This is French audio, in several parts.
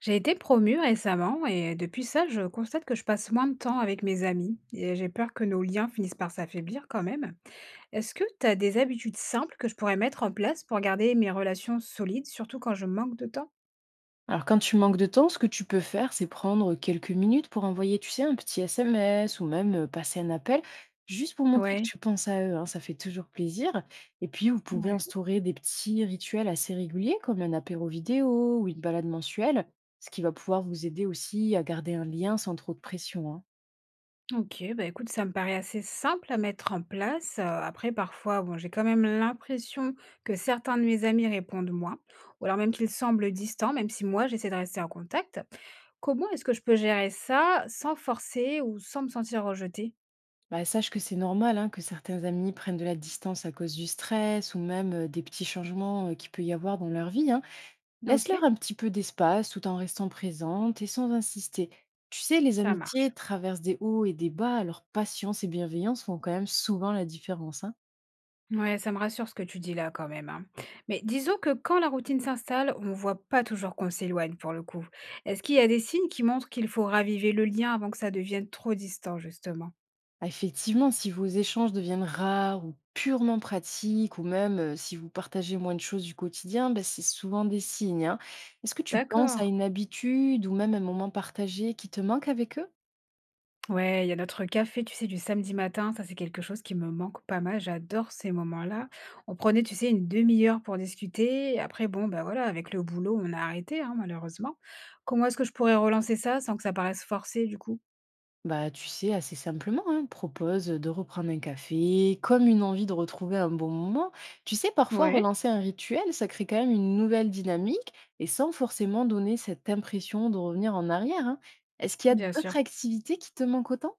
J'ai été promue récemment et depuis ça, je constate que je passe moins de temps avec mes amis et j'ai peur que nos liens finissent par s'affaiblir quand même. Est-ce que tu as des habitudes simples que je pourrais mettre en place pour garder mes relations solides, surtout quand je manque de temps? Alors, quand tu manques de temps, ce que tu peux faire, c'est prendre quelques minutes pour envoyer, tu sais, un petit SMS ou même passer un appel, juste pour montrer que Ouais. tu penses à eux, hein, ça fait toujours plaisir. Et puis, vous pouvez Ouais. instaurer des petits rituels assez réguliers, comme un apéro vidéo ou une balade mensuelle, ce qui va pouvoir vous aider aussi à garder un lien sans trop de pression, hein. Ok, bah écoute, ça me paraît assez simple à mettre en place. Après, parfois, bon, j'ai quand même l'impression que certains de mes amis répondent moins, ou alors même qu'ils semblent distants, même si moi, j'essaie de rester en contact. Comment est-ce que je peux gérer ça sans forcer ou sans me sentir rejetée? Bah, sache que c'est normal hein, que certains amis prennent de la distance à cause du stress ou même des petits changements qu'il peut y avoir dans leur vie, hein. Laisse-leur OK, un petit peu d'espace tout en restant présente et sans insister. Tu sais, les ça amitiés marche. traversent des hauts et des bas, alors patience et bienveillance font quand même souvent la différence, hein. Ouais, ça me rassure ce que tu dis là quand même, hein. Mais disons que quand la routine s'installe, on ne voit pas toujours qu'on s'éloigne pour le coup. Est-ce qu'il y a des signes qui montrent qu'il faut raviver le lien avant que ça devienne trop distant justement? Ah, effectivement, si vos échanges deviennent rares ou purement pratiques, ou même si vous partagez moins de choses du quotidien, ben, c'est souvent des signes, hein. Est-ce que tu penses D'accord. à une habitude ou même un moment partagé qui te manque avec eux? Ouais, il y a notre café, tu sais, du samedi matin. Ça, c'est quelque chose qui me manque pas mal. J'adore ces moments-là. On prenait, tu sais, une demi-heure pour discuter. Et après, bon, bah voilà, avec le boulot, on a arrêté, hein, malheureusement. Comment est-ce que je pourrais relancer ça sans que ça paraisse forcé, du coup? Bah, tu sais, assez simplement, hein, propose de reprendre un café, comme une envie de retrouver un bon moment. Tu sais, parfois, Ouais, relancer un rituel, ça crée quand même une nouvelle dynamique et sans forcément donner cette impression de revenir en arrière, hein. Est-ce qu'il y a bien sûr. d'autres activités qui te manquent autant?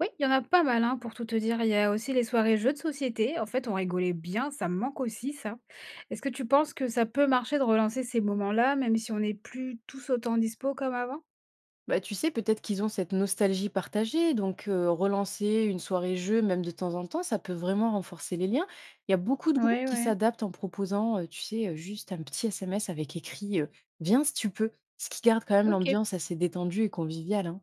Oui, il y en a pas mal, hein, pour tout te dire. Il y a aussi les soirées jeux de société. En fait, on rigolait bien. Ça me manque aussi, ça. Est-ce que tu penses que ça peut marcher de relancer ces moments-là, même si on n'est plus tous autant dispo comme avant? Bah, tu sais, peut-être qu'ils ont cette nostalgie partagée, donc relancer une soirée jeu, même de temps en temps, ça peut vraiment renforcer les liens. Il y a beaucoup de groupes Ouais, qui ouais. s'adaptent en proposant, tu sais, juste un petit SMS avec écrit, «Viens si tu peux», ce qui garde quand même Ok. l'ambiance assez détendue et conviviale, hein.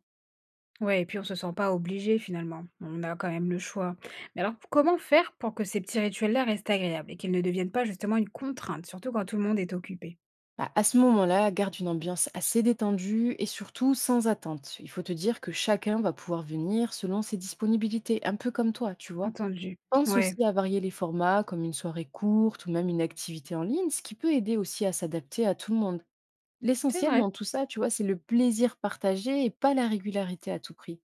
Ouais et puis on se sent pas obligé finalement. On a quand même le choix. Mais alors comment faire pour que ces petits rituels-là restent agréables et qu'ils ne deviennent pas justement une contrainte, surtout quand tout le monde est occupé? Bah, à ce moment-là, garde une ambiance assez détendue et surtout sans attente. Il faut te dire que chacun va pouvoir venir selon ses disponibilités, un peu comme toi, tu vois? Entendu. Pense Ouais, aussi à varier les formats, comme une soirée courte ou même une activité en ligne, ce qui peut aider aussi à s'adapter à tout le monde. c'est L'essentiel vrai. dans tout ça, tu vois, c'est le plaisir partagé et pas la régularité à tout prix.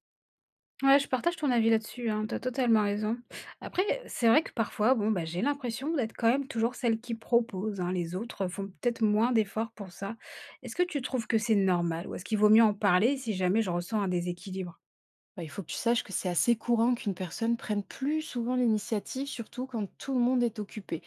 Ouais, je partage ton avis là-dessus, hein, tu totalement raison. Après, c'est vrai que parfois, bon, bah, j'ai l'impression d'être quand même toujours celle qui propose, hein. Les autres font peut-être moins d'efforts pour ça. Est-ce que tu trouves que c'est normal ou est-ce qu'il vaut mieux en parler si jamais je ressens un déséquilibre? Bah, il faut que tu saches que c'est assez courant qu'une personne prenne plus souvent l'initiative, surtout quand tout le monde est occupé.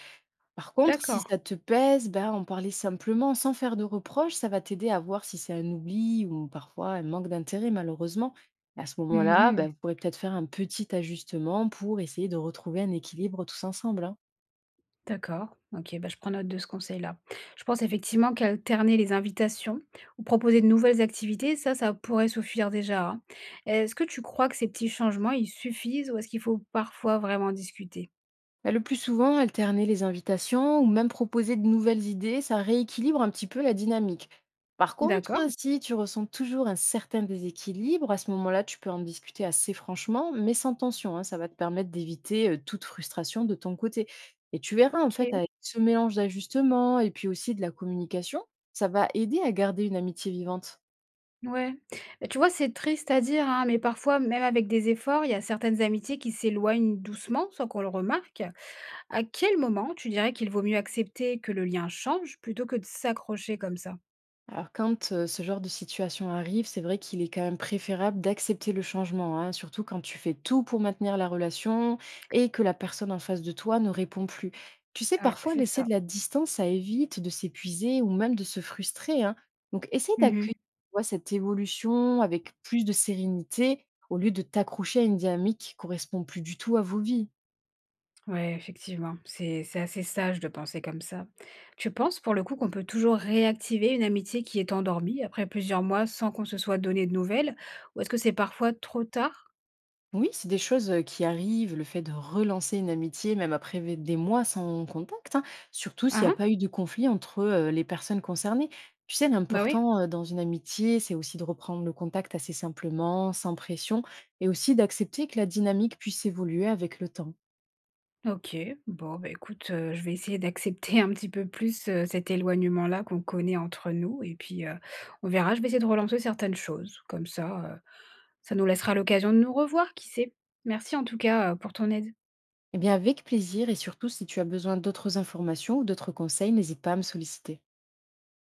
Par contre, si D'accord. ça te pèse, ben en parler simplement, sans faire de reproches, ça va t'aider à voir si c'est un oubli ou parfois un manque d'intérêt, malheureusement. À ce moment-là, Mhm. ben vous pourrez peut-être faire un petit ajustement pour essayer de retrouver un équilibre tous ensemble, hein. D'accord, OK, bah, je prends note de ce conseil-là. Je pense effectivement qu'alterner les invitations ou proposer de nouvelles activités, ça pourrait suffire déjà, hein. Est-ce que tu crois que ces petits changements, ils suffisent ou est-ce qu'il faut parfois vraiment discuter? Bah, le plus souvent, alterner les invitations ou même proposer de nouvelles idées, ça rééquilibre un petit peu la dynamique. Par contre, D'accord, si tu ressens toujours un certain déséquilibre, à ce moment-là, tu peux en discuter assez franchement, mais sans tension, hein. Ça va te permettre d'éviter toute frustration de ton côté. Et tu verras, en fait, OK, avec ce mélange d'ajustements et puis aussi de la communication, ça va aider à garder une amitié vivante. ouais. Bah, tu vois, c'est triste à dire, hein, mais parfois, même avec des efforts, il y a certaines amitiés qui s'éloignent doucement sans qu'on le remarque. À quel moment tu dirais qu'il vaut mieux accepter que le lien change plutôt que de s'accrocher comme ça? Alors quand, ce genre de situation arrive, c'est vrai qu'il est quand même préférable d'accepter le changement, hein, surtout quand tu fais tout pour maintenir la relation et que la personne en face de toi ne répond plus. Tu sais, Ouais, parfois c'est laisser ça. de la distance, ça évite de s'épuiser ou même de se frustrer, hein. Donc essaie Mmh. d'accueillir, tu vois, cette évolution avec plus de sérénité au lieu de t'accrocher à une dynamique qui correspond plus du tout à vos vies. Ouais, effectivement, c'est assez sage de penser comme ça. Tu penses pour le coup qu'on peut toujours réactiver une amitié qui est endormie après plusieurs mois sans qu'on se soit donné de nouvelles? Ou est-ce que c'est parfois trop tard? Oui, c'est des choses qui arrivent, le fait de relancer une amitié, même après des mois sans contact, hein, surtout s'il Ah n'y a ah, pas eu de conflit entre les personnes concernées. Tu sais, bah oui. l'important dans une amitié, c'est aussi de reprendre le contact assez simplement, sans pression, et aussi d'accepter que la dynamique puisse évoluer avec le temps. Ok, bon, bah écoute, je vais essayer d'accepter un petit peu plus cet éloignement-là qu'on connaît entre nous, et puis on verra, je vais essayer de relancer certaines choses, comme ça, ça nous laissera l'occasion de nous revoir, qui sait. Merci en tout cas pour ton aide. Eh bien, avec plaisir, et surtout si tu as besoin d'autres informations ou d'autres conseils, n'hésite pas à me solliciter.